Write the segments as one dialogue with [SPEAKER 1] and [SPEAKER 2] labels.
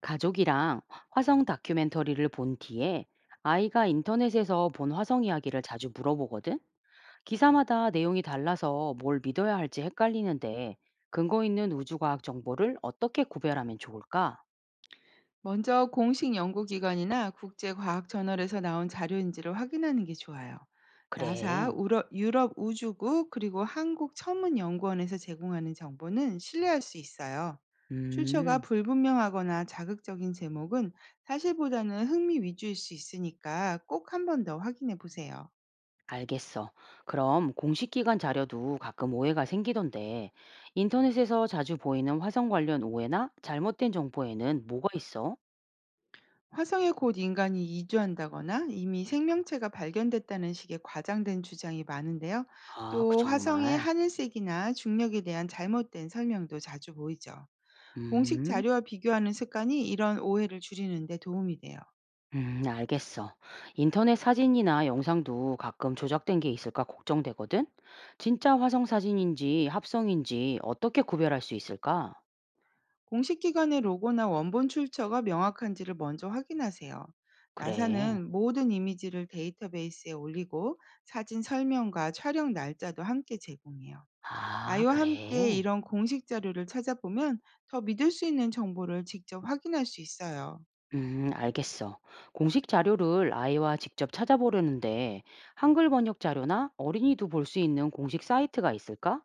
[SPEAKER 1] 가족이랑 화성 다큐멘터리를 본 뒤에 아이가 인터넷에서 본 화성 이야기를 자주 물어보거든? 기사마다 내용이 달라서 뭘 믿어야 할지 헷갈리는데 근거 있는 우주과학 정보를 어떻게 구별하면 좋을까?
[SPEAKER 2] 먼저 공식 연구기관이나 국제과학저널에서 나온 자료인지를 확인하는 게 좋아요. 나사,
[SPEAKER 1] 그래.
[SPEAKER 2] 유럽 우주국, 그리고 한국 천문연구원에서 제공하는 정보는 신뢰할 수 있어요. 출처가
[SPEAKER 1] 음,
[SPEAKER 2] 불분명하거나 자극적인 제목은 사실보다는 흥미 위주일 수 있으니까 꼭 한번 더 확인해 보세요.
[SPEAKER 1] 알겠어. 그럼 공식 기관 자료도 가끔 오해가 생기던데 인터넷에서 자주 보이는 화성 관련 오해나 잘못된 정보에는 뭐가 있어?
[SPEAKER 2] 화성에 곧 인간이 이주한다거나 이미 생명체가 발견됐다는 식의 과장된 주장이 많은데요.
[SPEAKER 1] 아, 그
[SPEAKER 2] 또 화성의
[SPEAKER 1] 정말.
[SPEAKER 2] 하늘색이나 중력에 대한 잘못된 설명도 자주 보이죠. 공식
[SPEAKER 1] 음.
[SPEAKER 2] 자료와 비교하는 습관이 이런 오해를 줄이는 데 도움이 돼요.
[SPEAKER 1] 알겠어. 인터넷 사진이나 영상도 가끔 조작된 게 있을까 걱정되거든? 진짜 화성 사진인지 합성인지 어떻게 구별할 수 있을까?
[SPEAKER 2] 공식 기관의 로고나 원본 출처가 명확한지를 먼저 확인하세요.
[SPEAKER 1] 그래.
[SPEAKER 2] 나사는 모든 이미지를 데이터베이스에 올리고 사진 설명과 촬영 날짜도 함께 제공해요.
[SPEAKER 1] 아,
[SPEAKER 2] 아이와 함께
[SPEAKER 1] 그래.
[SPEAKER 2] 이런 공식 자료를 찾아보면 더 믿을 수 있는 정보를 직접 확인할 수 있어요.
[SPEAKER 1] 알겠어. 공식 자료를 아이와 직접 찾아보려는데, 한글 번역 자료나 어린이도 볼 수 있는 공식 사이트가 있을까?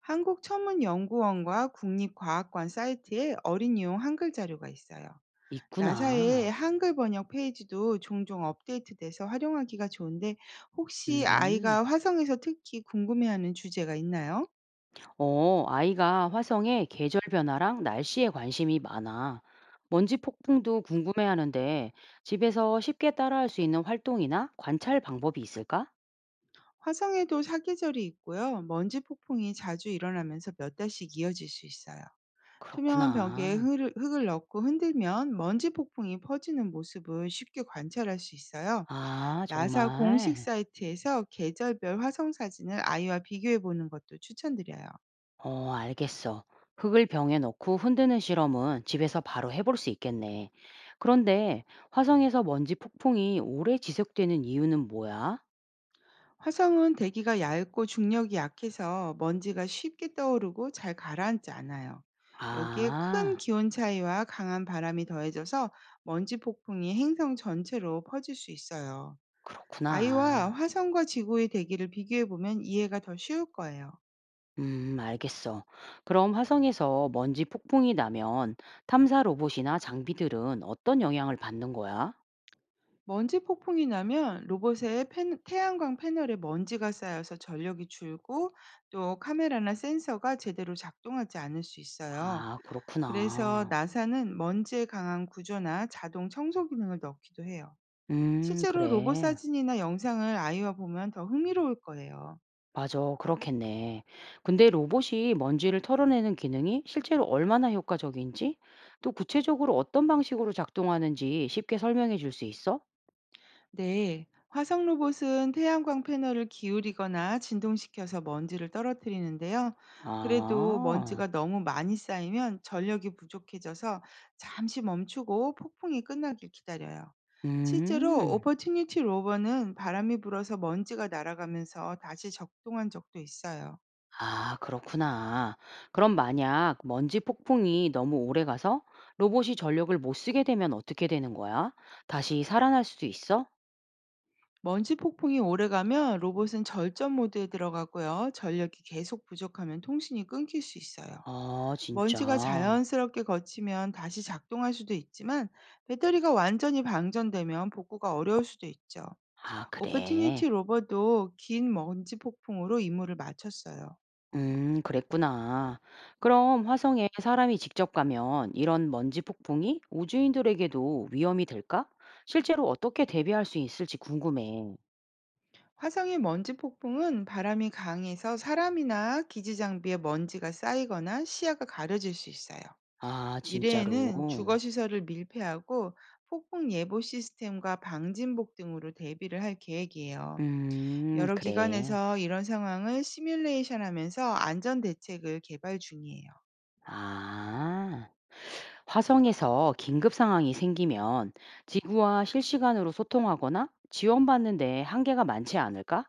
[SPEAKER 2] 한국천문연구원과 국립과학관 사이트에 어린이용 한글 자료가 있어요. 나사의
[SPEAKER 1] 있구나.
[SPEAKER 2] 한글 번역 페이지도 종종 업데이트돼서 활용하기가 좋은데 혹시
[SPEAKER 1] 음.
[SPEAKER 2] 아이가 화성에서 특히 궁금해하는 주제가 있나요?
[SPEAKER 1] 아이가 화성의 계절 변화랑 날씨에 관심이 많아. 먼지 폭풍도 궁금해하는데 집에서 쉽게 따라할 수 있는 활동이나 관찰 방법이 있을까?
[SPEAKER 2] 화성에도 사계절이 있고요. 먼지 폭풍이 자주 일어나면서 몇 달씩 이어질 수 있어요. 투명한 벽에
[SPEAKER 1] 그렇구나.
[SPEAKER 2] 흙을 넣고 흔들면 먼지 폭풍이 퍼지는 모습을 쉽게 관찰할 수 있어요.
[SPEAKER 1] 아,
[SPEAKER 2] 나사 공식
[SPEAKER 1] 정말?
[SPEAKER 2] 사이트에서 계절별 화성 사진을 아이와 비교해 보는 것도 추천드려요.
[SPEAKER 1] 알겠어. 흙을 병에 넣고 흔드는 실험은 집에서 바로 해볼 수 있겠네. 그런데 화성에서 먼지 폭풍이 오래 지속되는 이유는 뭐야?
[SPEAKER 2] 화성은 대기가 얇고 중력이 약해서 먼지가 쉽게 떠오르고 잘 가라앉지 않아요. 여기에 큰
[SPEAKER 1] 아,
[SPEAKER 2] 기온 차이와 강한 바람이 더해져서 먼지 폭풍이 행성 전체로 퍼질 수 있어요. 아이와
[SPEAKER 1] 그렇구나.
[SPEAKER 2] 화성과 지구의 대기를 비교해 보면 이해가 더 쉬울 거예요.
[SPEAKER 1] 알겠어. 그럼 화성에서 먼지 폭풍이 나면 탐사 로봇이나 장비들은 어떤 영향을 받는 거야?
[SPEAKER 2] 먼지 폭풍이 나면 태양광 패널에 먼지가 쌓여서 전력이 줄고 또 카메라나 센서가 제대로 작동하지 않을 수 있어요.
[SPEAKER 1] 아,
[SPEAKER 2] 그래서
[SPEAKER 1] 그렇구나.
[SPEAKER 2] 나사는 먼지에 강한 구조나 자동 청소 기능을 넣기도 해요. 실제로 로봇
[SPEAKER 1] 그래.
[SPEAKER 2] 사진이나 영상을 아이와 보면 더 흥미로울 거예요.
[SPEAKER 1] 맞아, 그렇겠네. 근데 로봇이 먼지를 털어내는 기능이 실제로 얼마나 효과적인지, 또 구체적으로 어떤 방식으로 작동하는지 쉽게 설명해 줄 수 있어?
[SPEAKER 2] 네, 화성 로봇은 태양광 패널을 기울이거나 진동시켜서 먼지를 떨어뜨리는데요. 그래도
[SPEAKER 1] 아,
[SPEAKER 2] 먼지가 너무 많이 쌓이면 전력이 부족해져서 잠시 멈추고 폭풍이 끝나길 기다려요. 실제로
[SPEAKER 1] 음.
[SPEAKER 2] 오퍼튜니티 로버는 바람이 불어서 먼지가 날아가면서 다시 적동한 적도 있어요.
[SPEAKER 1] 아, 그렇구나. 그럼 만약 먼지 폭풍이 너무 오래 가서 로봇이 전력을 못 쓰게 되면 어떻게 되는 거야? 다시 살아날 수도 있어?
[SPEAKER 2] 먼지 폭풍이 오래가면 로봇은 절전 모드에 들어가고요. 전력이 계속 부족하면 통신이 끊길 수 있어요.
[SPEAKER 1] 아,
[SPEAKER 2] 먼지가
[SPEAKER 1] 진짜.
[SPEAKER 2] 자연스럽게 걷히면 다시 작동할 수도 있지만 배터리가 완전히 방전되면 복구가 어려울 수도 있죠.
[SPEAKER 1] 아,
[SPEAKER 2] 오퍼튜니티
[SPEAKER 1] 그래.
[SPEAKER 2] 로버도 긴 먼지 폭풍으로 임무를 마쳤어요.
[SPEAKER 1] 그랬구나. 그럼 화성에 사람이 직접 가면 이런 먼지 폭풍이 우주인들에게도 위험이 될까? 실제로 어떻게 대비할 수 있을지 궁금해.
[SPEAKER 2] 화성의 먼지 폭풍은 바람이 강해서 사람이나 기지 장비에 먼지가 쌓이거나 시야가 가려질 수 있어요.
[SPEAKER 1] 아,
[SPEAKER 2] 미래에는 주거
[SPEAKER 1] 진짜로.
[SPEAKER 2] 시설을 밀폐하고 폭풍 예보 시스템과 방진복 등으로 대비를 할 계획이에요. 여러
[SPEAKER 1] 그래.
[SPEAKER 2] 기관에서 이런 상황을 시뮬레이션 하면서 안전 대책을 개발 중이에요.
[SPEAKER 1] 아. 화성에서 긴급 상황이 생기면 지구와 실시간으로 소통하거나 지원받는데 한계가 많지 않을까?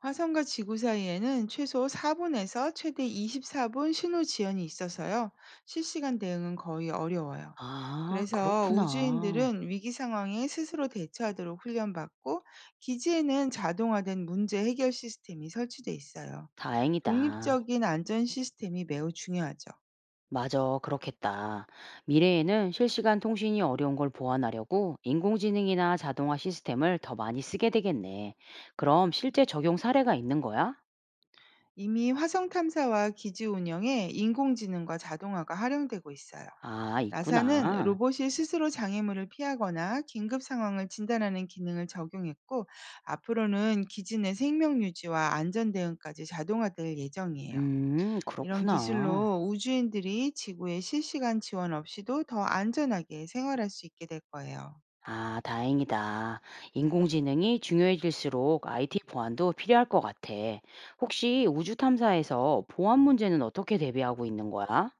[SPEAKER 2] 화성과 지구 사이에는 최소 4분에서 최대 24분 신호 지연이 있어서요. 실시간 대응은 거의 어려워요.
[SPEAKER 1] 아,
[SPEAKER 2] 그래서
[SPEAKER 1] 그렇구나.
[SPEAKER 2] 우주인들은 위기 상황에 스스로 대처하도록 훈련받고 기지에는 자동화된 문제 해결 시스템이 설치돼 있어요.
[SPEAKER 1] 다행이다.
[SPEAKER 2] 독립적인 안전 시스템이 매우 중요하죠.
[SPEAKER 1] 맞아, 그렇겠다. 미래에는 실시간 통신이 어려운 걸 보완하려고 인공지능이나 자동화 시스템을 더 많이 쓰게 되겠네. 그럼 실제 적용 사례가 있는 거야?
[SPEAKER 2] 이미 화성 탐사와 기지 운영에 인공지능과 자동화가 활용되고 있어요.
[SPEAKER 1] 아,
[SPEAKER 2] 나사는
[SPEAKER 1] 있구나.
[SPEAKER 2] 로봇이 스스로 장애물을 피하거나 긴급 상황을 진단하는 기능을 적용했고, 앞으로는 기지 내 생명 유지와 안전 대응까지 자동화될 예정이에요. 이런
[SPEAKER 1] 그렇구나.
[SPEAKER 2] 기술로 우주인들이 지구의 실시간 지원 없이도 더 안전하게 생활할 수 있게 될 거예요.
[SPEAKER 1] 아, 다행이다. 인공지능이 중요해질수록 IT 보안도 필요할 것 같아. 혹시 우주 탐사에서 보안 문제는 어떻게 대비하고 있는 거야?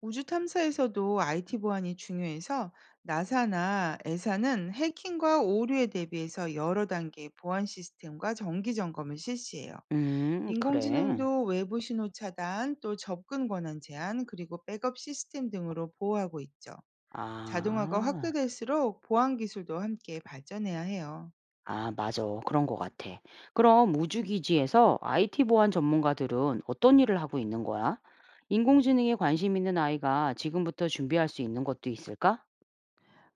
[SPEAKER 2] 우주 탐사에서도 IT 보안이 중요해서 나사나 에사는 해킹과 오류에 대비해서 여러 단계의 보안 시스템과 정기 점검을 실시해요.
[SPEAKER 1] 그래.
[SPEAKER 2] 인공지능도 외부 신호 차단, 또 접근 권한 제한, 그리고 백업 시스템 등으로 보호하고 있죠. 자동화가
[SPEAKER 1] 아,
[SPEAKER 2] 확대될수록 보안 기술도 함께 발전해야 해요.
[SPEAKER 1] 아, 맞아. 그런 것 같아. 그럼 우주기지에서 IT 보안 전문가들은 어떤 일을 하고 있는 거야? 인공지능에 관심 있는 아이가 지금부터 준비할 수 있는 것도 있을까?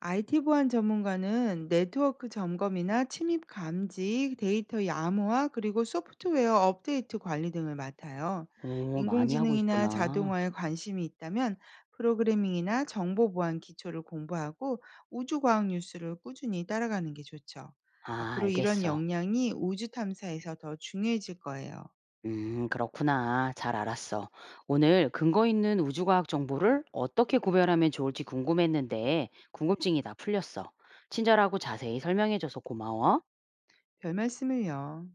[SPEAKER 2] IT 보안 전문가는 네트워크 점검이나 침입 감지, 데이터 야무화, 그리고 소프트웨어 업데이트 관리 등을 맡아요.
[SPEAKER 1] 오, 많이 하고
[SPEAKER 2] 인공지능이나
[SPEAKER 1] 있구나.
[SPEAKER 2] 자동화에 관심이 있다면 프로그래밍이나 정보 보안 기초를 공부하고 우주과학 뉴스를 꾸준히 따라가는 게 좋죠.
[SPEAKER 1] 아,
[SPEAKER 2] 앞으로 이런
[SPEAKER 1] 알겠어.
[SPEAKER 2] 역량이 우주 탐사에서 더 중요해질 거예요.
[SPEAKER 1] 그렇구나. 잘 알았어. 오늘 근거 있는 우주과학 정보를 어떻게 구별하면 좋을지 궁금했는데, 궁금증이 다 풀렸어. 친절하고 자세히 설명해줘서 고마워.
[SPEAKER 2] 별 말씀을요.